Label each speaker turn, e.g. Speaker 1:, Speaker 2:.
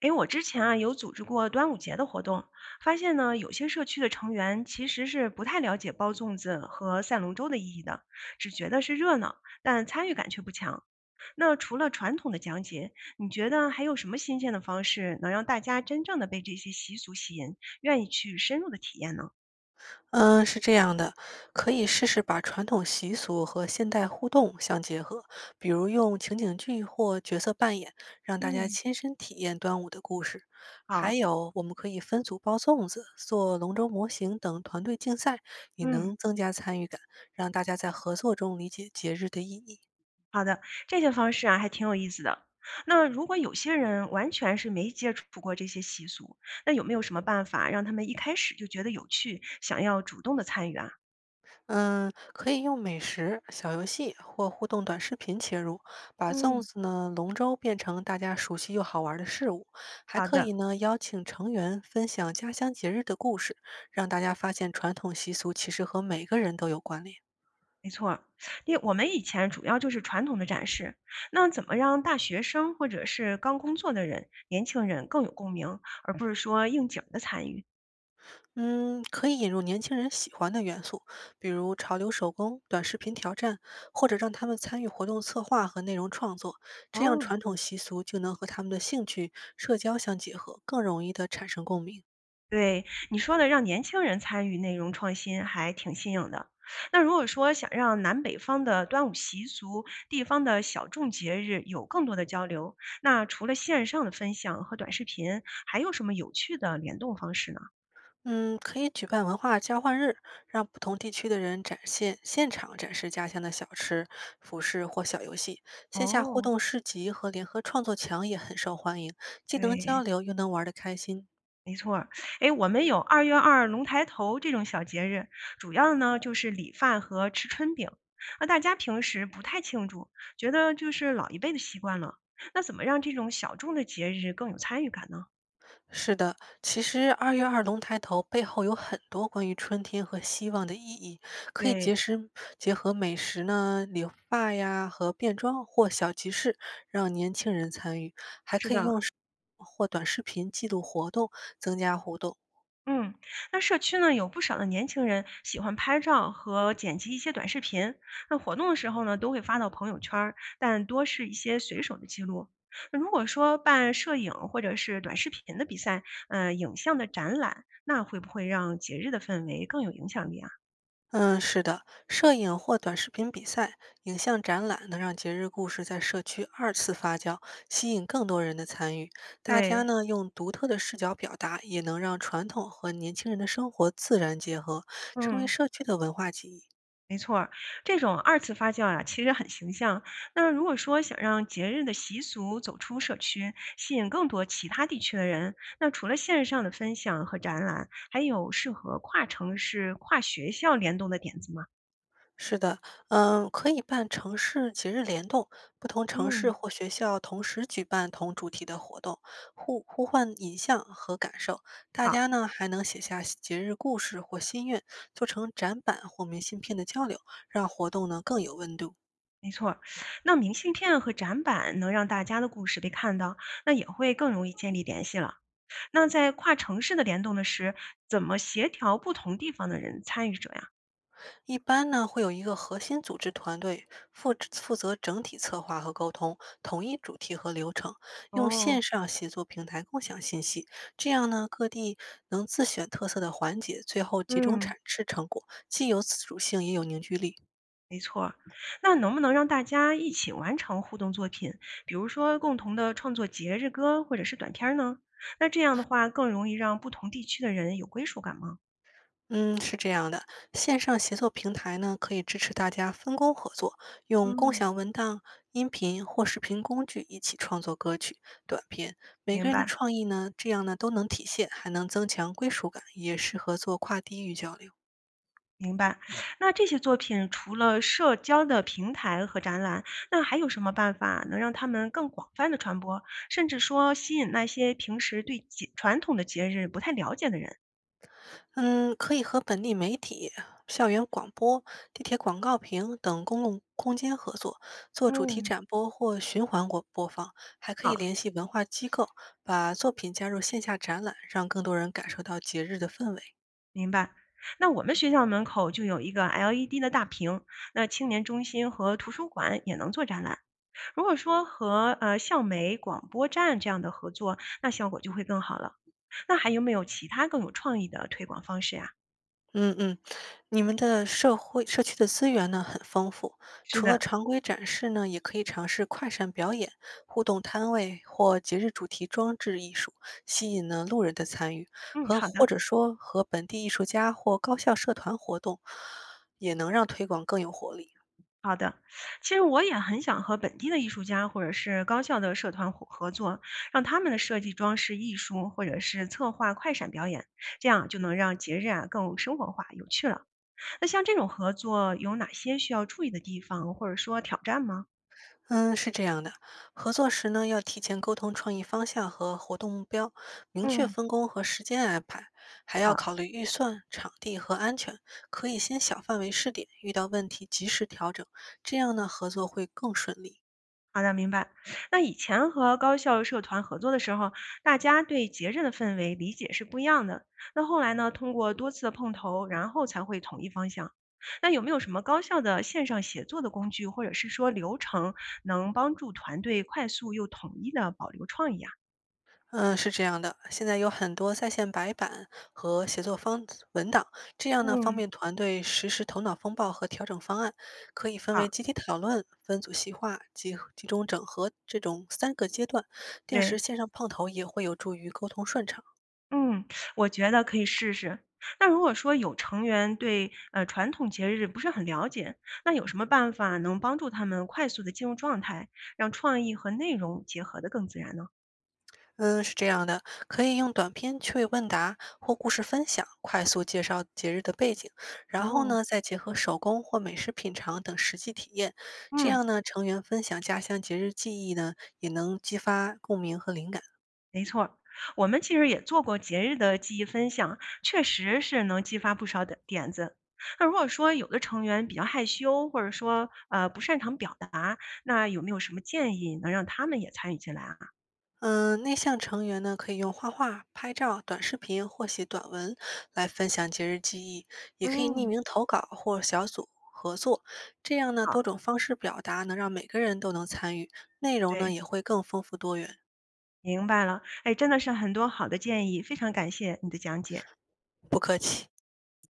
Speaker 1: 诶，我之前啊有组织过端午节的活动，发现呢有些社区的成员其实是不太了解包粽子和赛龙舟的意义的，只觉得是热闹，但参与感却不强。那除了传统的讲解，你觉得还有什么新鲜的方式能让大家真正的被这些习俗吸引，愿意去深入的体验呢？
Speaker 2: 嗯，是这样的，可以试试把传统习俗和现代互动相结合，比如用情景剧或角色扮演，让大家
Speaker 1: 嗯，
Speaker 2: 亲身体验端午的故事。还
Speaker 1: 好，
Speaker 2: 有，我们可以分组包粽子、做龙舟模型等团队竞赛，也
Speaker 1: 嗯。
Speaker 2: 能增加参与感，让大家在合作中理解节日的意义。
Speaker 1: 好的，这些方式啊还挺有意思的。那如果有些人完全是没接触过这些习俗，那有没有什么办法让他们一开始就觉得有趣，想要主动的参与啊？
Speaker 2: 嗯，可以用美食、小游戏或互动短视频切入，把粽
Speaker 1: 嗯，
Speaker 2: 子呢、龙舟变成大家熟悉又好玩儿的事物。还
Speaker 1: 好
Speaker 2: 可以
Speaker 1: 的，
Speaker 2: 呢，邀请成员分享家乡节日的故事，让大家发现传统习俗其实和每个人都有关联。
Speaker 1: 没错儿。因为我们以前主要就是传统的展示，那怎么让大学生或者是刚工作的人、年轻人更有共鸣，而不是说应景的参与？
Speaker 2: 嗯，可以引入年轻人喜欢的元素，比如潮流手工、短视频挑战，或者让他们参与活动策划和内容创作，这样
Speaker 1: 哦，
Speaker 2: 传统习俗就能和他们的兴趣、社交相结合，更容易的产生共鸣。
Speaker 1: 对，你说的让年轻人参与内容创新还挺新颖的。那如果说想让南北方的端午习俗、地方的小众节日有更多的交流，那除了线上的分享和短视频，还有什么有趣的联动方式呢？
Speaker 2: 嗯，可以举办文化交换日，让不同地区的人展现现场展示家乡的小吃、服饰或小游戏。线下互
Speaker 1: 哦，
Speaker 2: 动市集和联合创作墙也很受欢迎，既能交
Speaker 1: 对。
Speaker 2: 流又能玩得开心。
Speaker 1: 没错儿，哎，我们有二月二龙抬头这种小节日，主要呢就是理发和吃春饼。那大家平时不太庆祝，觉得就是老一辈的习惯了。那怎么让这种小众的节日更有参与感呢？
Speaker 2: 是的，其实二月二龙抬头背后有很多关于春天和希望的意义，可以
Speaker 1: 对，
Speaker 2: 结合美食呢、理发呀和变装或小集市，让年轻人参与，还
Speaker 1: 是
Speaker 2: 可以
Speaker 1: 的。
Speaker 2: 用短视频记录活动，增加互动。
Speaker 1: 嗯，那社区呢有不少的年轻人喜欢拍照和剪辑一些短视频，那活动的时候呢都会发到朋友圈儿，但多是一些随手的记录。那如果说办摄影或者是短视频的比赛，嗯，影像的展览，那会不会让节日的氛围更有影响力啊？
Speaker 2: 嗯，是的，摄影或短视频比赛、影像展览能让节日故事在社区二次发酵，吸引更多人的参与。大家
Speaker 1: 对，
Speaker 2: 呢用独特的视角表达，也能让传统和年轻人的生活自然结合，成为
Speaker 1: 嗯。
Speaker 2: 社区的文化记忆。
Speaker 1: 没错儿。这种二次发酵呀，其实很形象。那如果说想让节日的习俗走出社区，吸引更多其他地区的人，那除了线上的分享和展览，还有适合跨城市、跨学校联动的点子吗？
Speaker 2: 是的，可以办城市节日联动，不同城市
Speaker 1: 嗯，
Speaker 2: 或学校同时举办同主题的活动，互换影像和感受。大
Speaker 1: 好，
Speaker 2: 家呢还能写下节日故事或心愿，做成展板或明信片的交流，让活动呢更有温度。
Speaker 1: 没错儿。那明信片和展板能让大家的故事被看到，那也会更容易建立联系了。那在跨城市的联动的时，怎么协调不同地方的人参与者呀？
Speaker 2: 一般呢，会有一个核心组织团队负责整体策划和沟通，统一主题和流程，用线
Speaker 1: 哦，
Speaker 2: 上协作平台共享信息。这样呢，各地能自选特色的环节，最后集中
Speaker 1: 嗯。
Speaker 2: 产出成果，既有自主性，也有凝聚力。
Speaker 1: 没错儿。那能不能让大家一起完成互动作品，比如说共同的创作节日歌或者是短片儿呢？那这样的话，更容易让不同地区的人有归属感吗？
Speaker 2: 嗯，是这样的，线上协作平台呢，可以支持大家分工合作，用共
Speaker 1: 嗯，
Speaker 2: 享文档、音频或视频工具一起创作歌曲、短片。每
Speaker 1: 明
Speaker 2: 个人的
Speaker 1: 白，
Speaker 2: 创意呢，这样呢都能体现，还能增强归属感，也适合做跨地域交流。
Speaker 1: 明白。那这些作品除了社交的平台和展览，那还有什么办法能让他们更广泛的传播，甚至说吸引那些平时对节传统的节日不太了解的人？
Speaker 2: 嗯，可以和本地媒体、校园广播、地铁广告屏等公共空间合作，做主题
Speaker 1: 嗯，
Speaker 2: 展播或循环播放，还可以
Speaker 1: 好。
Speaker 2: 联系文化机构，把作品加入线下展览，让更多人感受到节日的氛围。
Speaker 1: 明白。那我们学校门口就有一个 LED 的大屏，那青年中心和图书馆也能做展览。如果说和校媒、广播站这样的合作，那效果就会更好了。那还有没有其他更有创意的推广方式呀？
Speaker 2: 嗯嗯，你们的社区的资源呢很丰富，
Speaker 1: 是
Speaker 2: 除了
Speaker 1: 的，
Speaker 2: 常规展示呢，也可以尝试快闪表演、互动摊位或节日主题装置艺术，吸引呢路人的参与，
Speaker 1: 嗯，
Speaker 2: 和
Speaker 1: 好
Speaker 2: 或
Speaker 1: 的，
Speaker 2: 者说和本地艺术家或高校社团活动，也能让推广更有活力。
Speaker 1: 好的。其实我也很想和本地的艺术家或者是高校的社团伙合作，让他们的设计装饰艺术或者是策划快闪表演，这样就能让节日啊更生活化、有趣了。那像这种合作有哪些需要注意的地方，或者说挑战吗？
Speaker 2: 嗯，是这样的，合作时呢，要提前沟通创意方向和活动目标，明确
Speaker 1: 嗯，
Speaker 2: 分工和时间安排，还要
Speaker 1: 好
Speaker 2: 考虑预算、场地和安全。可以先小范围试点，遇到问题及时调整，这样呢，合作会更顺利。
Speaker 1: 好的，明白。那以前和高校社团合作的时候，大家对节日的氛围理解是不一样的。那后来呢，通过多次的碰头，然后才会统一方向。那有没有什么高效的线上协作的工具，或者是说流程，能帮助团队快速又统一的保留创意啊？
Speaker 2: 嗯，是这样的，现在有很多在线白板和写作文档，这样呢方
Speaker 1: 嗯，
Speaker 2: 便团队实时头脑风暴和调整方案，可以分为
Speaker 1: 啊，
Speaker 2: 集体讨论、分组细化、集中整合这种三个阶段，定时
Speaker 1: 对。
Speaker 2: 线上碰头也会有助于沟通顺畅。
Speaker 1: 嗯，我觉得可以试试。那如果说有成员对传统节日不是很了解，那有什么办法能帮助他们快速的进入状态，让创意和内容结合的更自然呢？
Speaker 2: 嗯，是这样的，可以用短篇趣味问答或故事分享，快速介绍节日的背景，然后
Speaker 1: 哦，
Speaker 2: 呢，再结合手工或美食品尝等实际体验，这
Speaker 1: 嗯，
Speaker 2: 样呢，成员分享家乡节日记忆呢，也能激发共鸣和灵感。
Speaker 1: 没错儿。我们其实也做过节日的记忆分享，确实是能激发不少的点子。那如果说有的成员比较害羞，或者说不擅长表达，那有没有什么建议能让他们也参与进来啊？
Speaker 2: 嗯，内向成员呢，可以用画画、拍照、短视频或写短文来分享节日记忆，也可以匿
Speaker 1: 嗯。
Speaker 2: 名投稿或小组合作，这样呢，
Speaker 1: 好，
Speaker 2: 多种方式表达能让每个人都能参与，内容呢
Speaker 1: 对。
Speaker 2: 也会更丰富多元。
Speaker 1: 明白了，哎，真的是很多好的建议，非常感谢你的讲解。
Speaker 2: 不客气。